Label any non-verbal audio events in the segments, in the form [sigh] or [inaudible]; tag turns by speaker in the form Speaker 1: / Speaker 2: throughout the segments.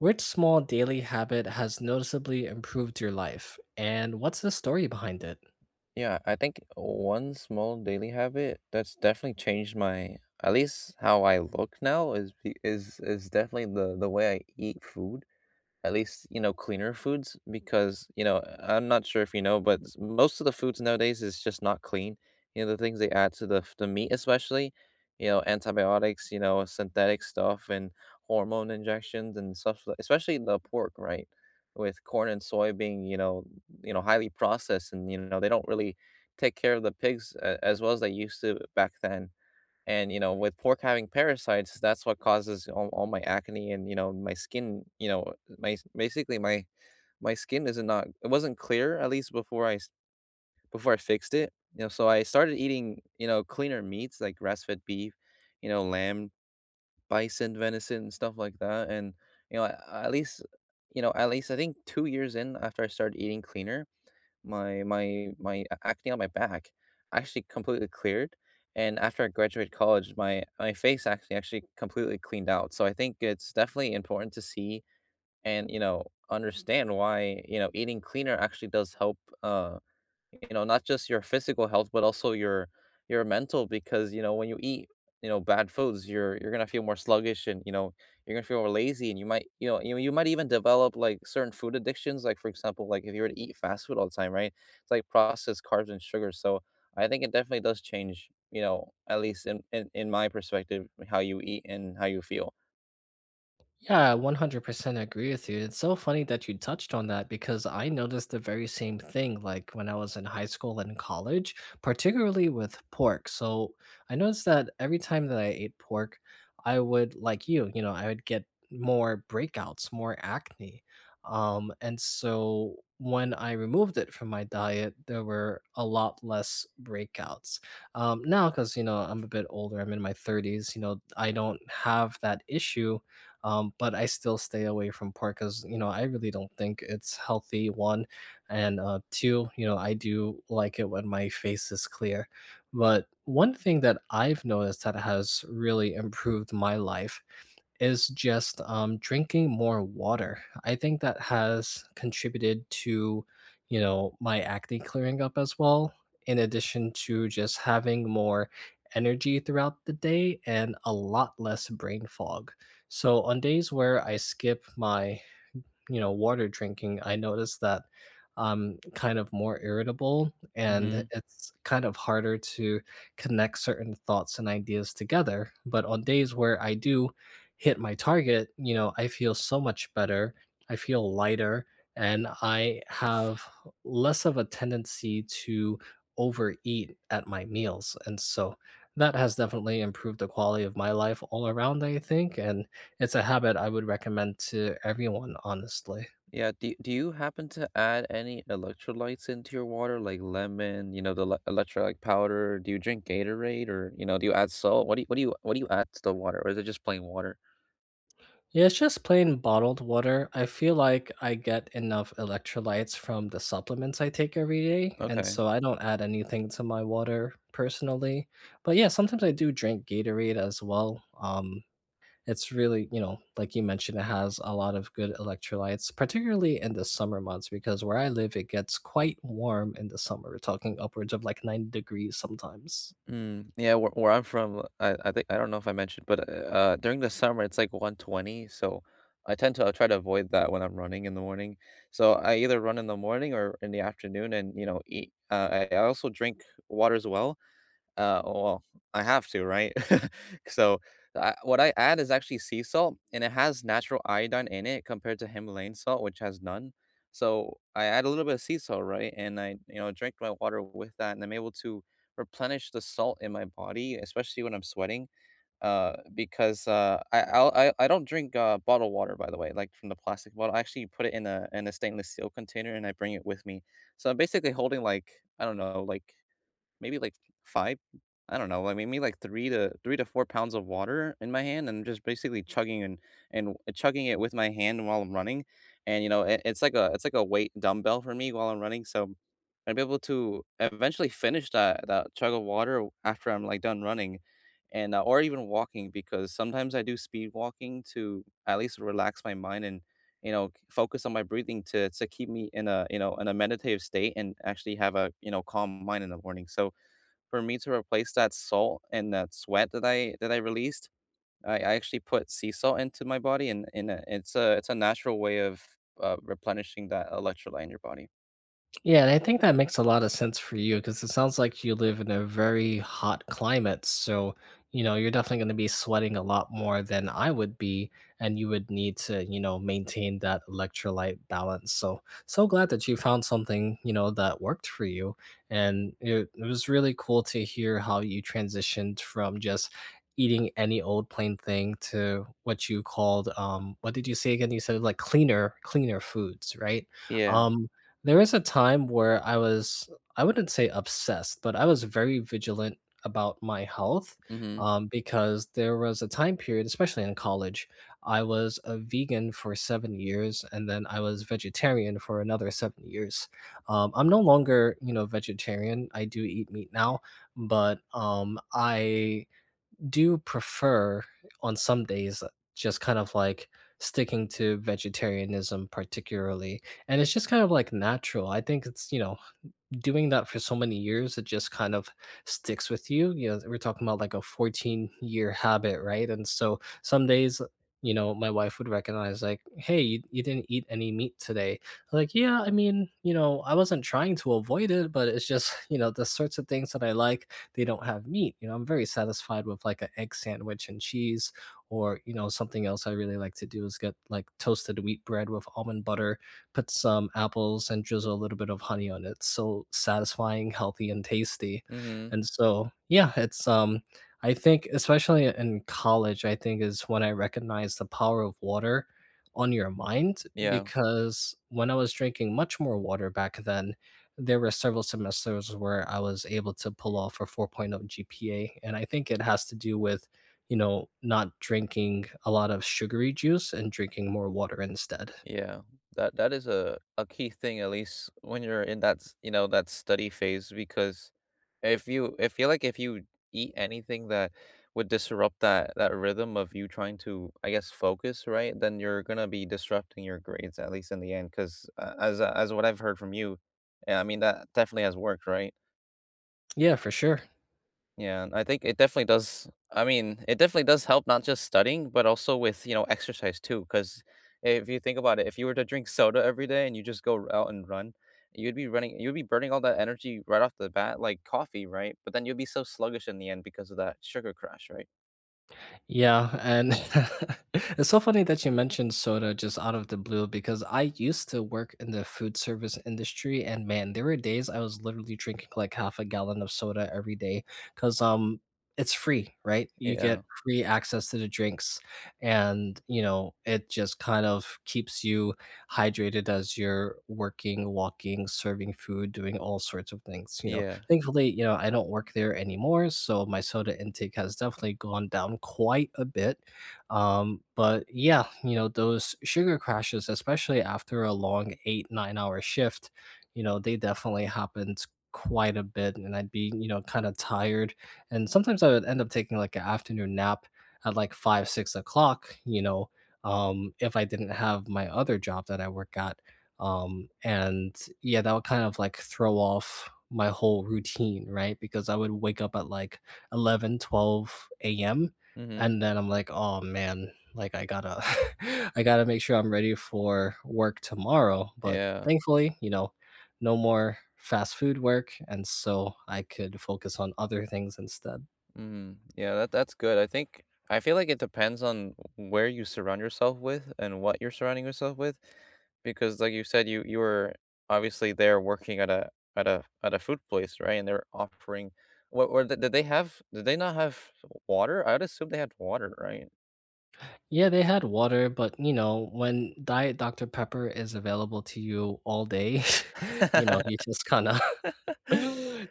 Speaker 1: Which small daily habit has noticeably improved your life, and what's the story behind it?
Speaker 2: Yeah, I think one small daily habit that's definitely changed my, at least how I look now, is be- is definitely the way I eat food, at least, you know, cleaner foods because, you know, I'm not sure if you know, but most of the foods nowadays is just not clean. You know, the things they add to the the meat especially, you know, antibiotics, you know, synthetic stuff and hormone injections and stuff, especially the pork, right? With corn and soy being, you know, highly processed, and, you know, they don't really take care of the pigs as well as they used to back then, and, you know, with pork having parasites, that's what causes all my acne and, you know, my skin, you know, my basically my my skin is not it wasn't clear, at least before before I fixed it, you know. So I started eating, you know, cleaner meats like grass-fed beef, you know, lamb, bison, venison and stuff like that. And, you know, at least, at least I think 2 years in after I started eating cleaner, my a acne on my back actually completely cleared, and after I graduated college, my face actually completely cleaned out, so I think it's definitely important to see and, you know, understand why, you know, eating cleaner actually does help, uh you know, not just your physical health, but also your mental, because, you know, when you eat, you know, bad foods, you're gonna feel more sluggish and, you know, you're gonna feel more lazy, and you might, you know, you might even develop like certain food addictions. Like, for example, like if you were to eat fast food all the time, right? It's like processed carbs and sugar. So I think it definitely does change, you know, at least in my perspective, how you eat and how you feel.
Speaker 1: Yeah, I 100% agree with you. It's so funny that you touched on that because I noticed the very same thing like when I was in high school and college, particularly with pork. So I noticed that every time that I ate pork, I would, like I would get more breakouts, more acne. And so when I removed it from my diet, there were a lot less breakouts. Now, because, you know, I'm a bit older, I'm in my 30s. You know, I don't have that issue, but I still stay away from pork because, you know, I really don't think it's healthy, one. And two, you know, I do like it when my face is clear. But one thing that I've noticed that has really improved my life is just drinking more water. I think that has contributed to, you know, my acne clearing up as well, in addition to just having more energy throughout the day and a lot less brain fog. So on days where I skip my, you know, water drinking, I notice that I'm kind of more irritable and
Speaker 2: Hmm,
Speaker 1: it's kind of harder to connect certain thoughts and ideas together. But on days where I do hit my target, you know, I feel so much better. I feel lighter and I have less of a tendency to overeat at my meals. And so that has definitely improved the quality of my life all around, I think. And it's a habit I would recommend to everyone, honestly.
Speaker 2: yeah, do you happen to add any electrolytes into your water, like lemon, you know, the le electrolyte powder? Do you drink Gatorade or, you know, do you add salt? What do you what do you what do you add to the water, or is it just plain water?
Speaker 1: Yeah, it's just plain bottled water. I feel like I get enough electrolytes from the supplements I take every day, and
Speaker 2: Okay.
Speaker 1: so I don't add anything to my water personally. But yeah, sometimes I do drink Gatorade as well. It's really, you know, like you mentioned, it has a lot of good electrolytes, particularly in the summer months, because where I live, it gets quite warm in the summer. We're talking upwards of like 90 degrees sometimes.
Speaker 2: Mm, yeah, where I'm from, I think, I don't know if I mentioned, but during the summer it's like 120, so I tend to try to avoid that when I'm running in the morning. So I either run in the morning or in the afternoon, and, you know, eat. I also drink water as well. Oh, well, I have to, right? [laughs] So, I what I add is actually sea salt, and it has natural iodine in it compared to Himalayan salt, which has none. So I add a little bit of sea salt, right? And I, you know, drink my water with that, and I'm able to replenish the salt in my body, especially when I'm sweating, because, I I'll I don't drink, bottled water, by the way, like, from the plastic bottle. I actually put it in a stainless steel container, and I bring it with me. So I'm basically holding, like, I don't know, like, maybe like 5, I don't know, like, maybe like 3 to 4 pounds of water in my hand, and just basically chugging, and chugging it with my hand while I'm running. And, you know, it's like a, it's like a weight dumbbell for me while I'm running, so I would be able to eventually finish that chug of water after I'm like done running and, or even walking, because sometimes I do speed walking to at least relax my mind and, you know, focus on my breathing, to keep me in a, you know, in a meditative state and actually have a, you know, calm mind in the morning. So for me to replace that salt and that sweat that I, released, I actually put sea salt into my body, and, it's a, it's a natural way of, replenishing that electrolyte in your body.
Speaker 1: Yeah, and I think that makes a lot of sense for you because it sounds like you live in a very hot climate. So, you know, you're definitely going to be sweating a lot more than I would be. And you would need to, you know, maintain that electrolyte balance. So, so glad that you found something, you know, that worked for you. And it was really cool to hear how you transitioned from just eating any old plain thing to what you called, what did you say again? You said like cleaner, foods, right?
Speaker 2: Yeah.
Speaker 1: Um, there was a time where I wouldn't say obsessed, but I was very vigilant about my health
Speaker 2: Mm-hmm.
Speaker 1: um, because there was a time period, especially in college, I was a vegan for 7 years and then I was vegetarian for another 7 years. I'm no longer, you know, vegetarian. I do eat meat now, but I do prefer on some days just kind of like sticking to vegetarianism particularly, and it's just kind of like natural. I think it's, you know, doing that for so many years, it just kind of sticks with you. You know, we're talking about like a 14-year habit, right? And so some days, you know, my wife would recognize, like, hey, you didn't eat any meat today. I'm like, yeah, I mean, you know, I wasn't trying to avoid it, but it's just, [laughs] you know, the sorts of things that I like, they don't have meat. You know, I'm very satisfied with like an egg sandwich and cheese, or, you know, something else I really like to do is get like toasted wheat bread with almond butter, put some apples and drizzle a little bit of honey on it. So satisfying, healthy, and tasty.
Speaker 2: Mm-hmm.
Speaker 1: And so, yeah, it's I think especially in college, I think is when I recognized the power of water on your mind
Speaker 2: Yeah.
Speaker 1: because when I was drinking much more water back then, there were several semesters where I was able to pull off a 4.0 GPA. And I think it has to do with, you know, not drinking a lot of sugary juice and drinking more water instead.
Speaker 2: Yeah, that is a key thing, at least when you're in that, that study phase, because if you I feel like if you eat anything that would disrupt that, rhythm of you trying to, I guess, focus, right? Then you're gonna be disrupting your grades, at least in the end, because, as, as what I've heard from you, yeah, I mean, that definitely has worked, right?
Speaker 1: Yeah, for sure.
Speaker 2: Yeah, and I think it definitely does. I mean, it definitely does help, not just studying, but also with, you know, exercise too. Because if you think about it, if you were to drink soda every day and you just go out and run, you'd be running, you'd be burning all that energy right off the bat, like coffee, right? But then you'd be so sluggish in the end because of that sugar crash, right?
Speaker 1: Yeah, and [laughs] it's so funny that you mentioned soda just out of the blue because I used to work in the food service industry and man, there were days I was literally drinking like half a gallon of soda every day, cuz it's free, right? You get
Speaker 2: Yeah.
Speaker 1: free access to the drinks and, you know, it just kind of keeps you hydrated as you're working, walking, serving food, doing all sorts of things, you know.
Speaker 2: Yeah.
Speaker 1: Thankfully, you know, I don't work there anymore, so my soda intake has definitely gone down quite a bit. But yeah, you know, those sugar crashes, especially after a long eight, 9 hour shift, you know, they definitely happened quite a bit. And I'd be, you know, kind of tired. And sometimes I would end up taking like an afternoon nap at like five, 6 o'clock, you know, if I didn't have my other job that I work at. And Yeah, that would kind of like throw off my whole routine, right? Because I would wake up at like 11, 12 a.m.
Speaker 2: Mm-hmm.
Speaker 1: And then I'm like, oh man, like I gotta, [laughs] I gotta make sure I'm ready for work tomorrow. But
Speaker 2: Yeah.
Speaker 1: thankfully, you know, no more fast food work. And so I could focus on other things instead.
Speaker 2: Mm, yeah, that's good. I think, I feel like it depends on where you surround yourself with and what you're surrounding yourself with, because, like you said, you were obviously there working at a, at a food place, right? And they're offering, what? Or did they have, did they not have water? I'd assume they had water, right?
Speaker 1: Yeah, they had water, but you know, when Diet Dr. Pepper is available to you all day, [laughs] you know, you
Speaker 2: [laughs]
Speaker 1: just kind of [laughs]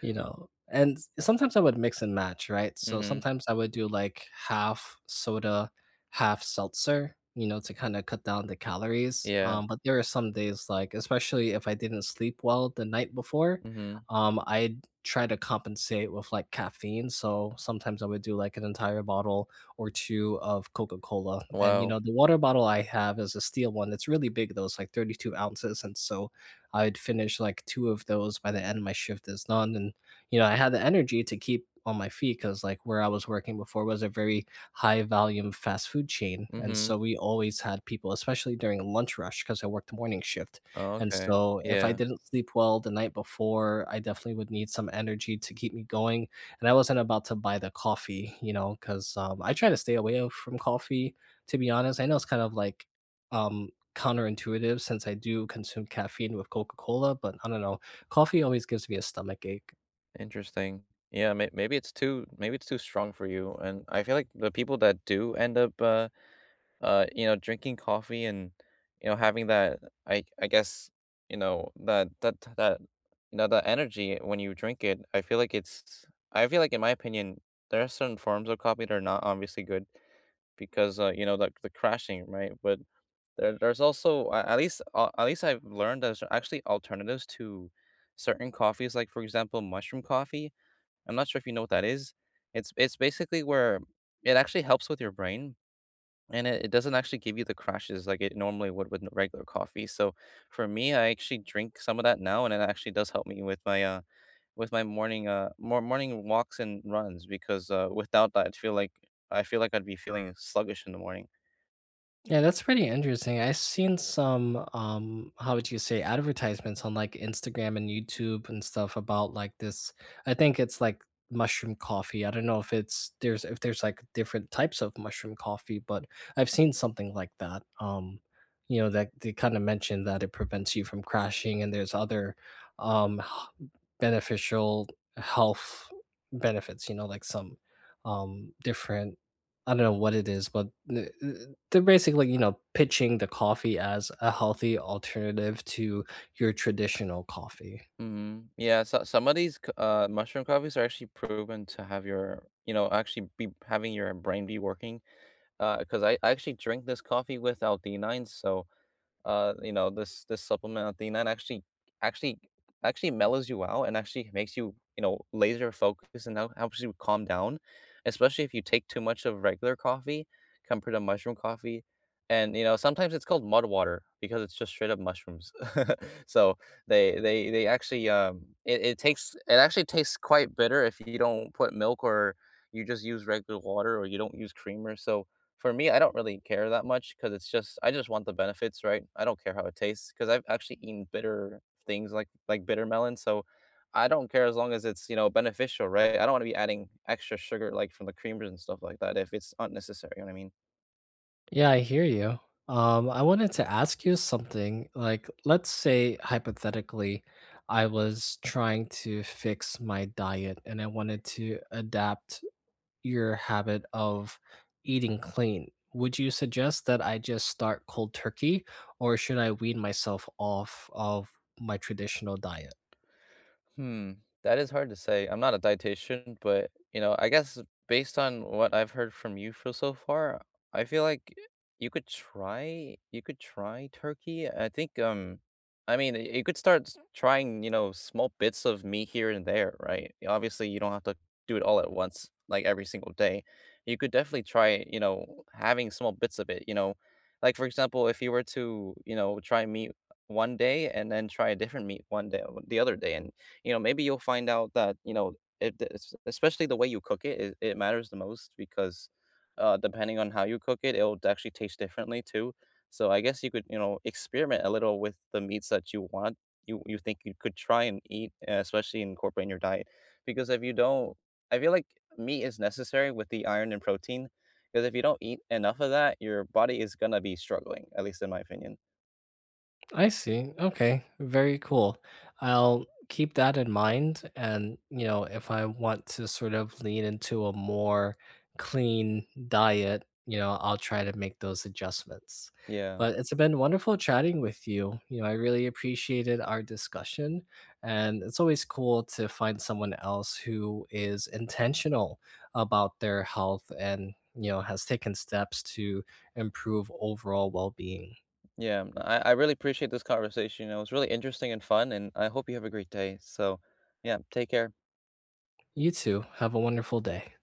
Speaker 1: you know, and sometimes I would mix and match, right? So
Speaker 2: Mm-hmm.
Speaker 1: sometimes I would do like half soda, half seltzer, you know, to kind of cut down the calories
Speaker 2: Yeah.
Speaker 1: um but there are some days, like especially if I didn't sleep well the night before
Speaker 2: Mm-hmm.
Speaker 1: um i try to compensate with like caffeine, so sometimes I would do like an entire bottle or two of Coca-Cola. And you
Speaker 2: Wow.
Speaker 1: know, the water bottle I have is a steel one. It's really big though, it's like 32 ounces. And so I'd finish like two of those by the end of my shift is done. And, you know, I had the energy to keep on my feet because, like, where I was working before was a very high volume fast food chain. And
Speaker 2: Mm-hmm.
Speaker 1: so we always had people, especially during lunch rush, because I worked the morning shift.
Speaker 2: Oh,
Speaker 1: And
Speaker 2: okay.
Speaker 1: so if I
Speaker 2: Yeah.
Speaker 1: didn't sleep well the night before, I definitely would need some energy to keep me going. And I wasn't about to buy the coffee, you know, because I try to stay away from coffee, to be honest. I know it's kind of like, um counterintuitive since I do consume caffeine with Coca Cola, but I don't know. Coffee always gives me a stomach ache.
Speaker 2: Interesting. Yeah, maybe it's too, maybe it's too strong for you. And I feel like the people that do end up, drinking coffee and, you know, having that, I guess, you know, that, that energy when you drink it, I feel like, in my opinion, there are certain forms of coffee that are not obviously good, because, you know, the crashing, right? But there's also at least, I've learned there's actually alternatives to certain coffees, like, for example, mushroom coffee. I'm not sure if you know what that is. It's basically where it actually helps with your brain, and it doesn't actually give you the crashes like it normally would with regular coffee. So for me, I actually drink some of that now, and it actually does help me with my, with my morning, more morning walks and runs, because, without that, I feel like I'd be feeling sluggish in the morning.
Speaker 1: Yeah, that's pretty interesting. I've seen some how would you say advertisements on like Instagram and YouTube and stuff about like this. I think it's like mushroom coffee. I don't know if it's there's if there's like different types of mushroom coffee, but I've seen something like that. You know that they kind of mentioned that it prevents you from crashing and there's other um h- beneficial health benefits, you know, like some different, I don't know what it is, but they're basically, you know, pitching the coffee as a healthy alternative to your traditional coffee.
Speaker 2: Hmm, yeah, so some of these, mushroom coffees are actually proven to have your, actually be having your brain be working, because I actually drink this coffee without D9s, so, you know, this supplement, Athena, and actually actually mellows you out and actually makes you, you know, laser focused and helps you calm down, especially if you take too much of regular coffee compared to mushroom coffee. And, you know, sometimes it's called mud water because it's just straight up mushrooms. [laughs] So they actually, it actually tastes quite bitter if you don't put milk, or you just use regular water, or you don't use creamer. So for me, I don't really care that much, because it's just I just want the benefits, right? I don't care how it tastes, because 'cause I've actually eaten bitter things like, bitter melon, so I don't care as long as it's, you know, beneficial, right? I don't wanna be adding extra sugar, like, from the creamers and stuff like that if it's unnecessary, you know what I mean?
Speaker 1: Yeah, I hear you. I wanted to ask you something. Like, let's say hypothetically, I was trying to fix my diet and I wanted to adapt your habit of eating clean. Would you suggest that I just start cold turkey or should I wean myself off of my traditional diet?
Speaker 2: Hmm, that is hard to say. I'm not a dietitian, but, you know, I guess, based on what I've heard from you for so far, I feel like you could try turkey. I think, I mean, you could start, trying, you know, small bits of meat here and there, right? Obviously, you don't have to do it all at once, like every single day. You could definitely try, you know, having small bits of it. Like, for example, if you were to, you know, try meat one day, and then try a different meat one day the other day, and, you know, maybe you'll find out that, you know, especially the way you cook it, it matters the most, because, depending on how you cook it, it'll actually taste differently too. So I guess you could, you know, experiment a little with the meats that you want, you think you could try and eat, especially incorporate in your diet. Because if you don't, I feel like meat is necessary with the iron and protein. Because if you don't eat enough of that, your body is going to be struggling, at least in my opinion.
Speaker 1: I see. Okay. Very cool. I'll keep that in mind. And, you know, if I want to sort of lean into a more clean diet, you know, I'll try to make those adjustments.
Speaker 2: Yeah.
Speaker 1: But it's been wonderful chatting with you. You know, I really appreciated our discussion. And it's always cool to find someone else who is intentional about their health and, you know, has taken steps to improve overall well being.
Speaker 2: Yeah, I really appreciate this conversation. You know, it was really interesting and fun, and I hope you have a great day. So, yeah, take care.
Speaker 1: You too. Have a wonderful day.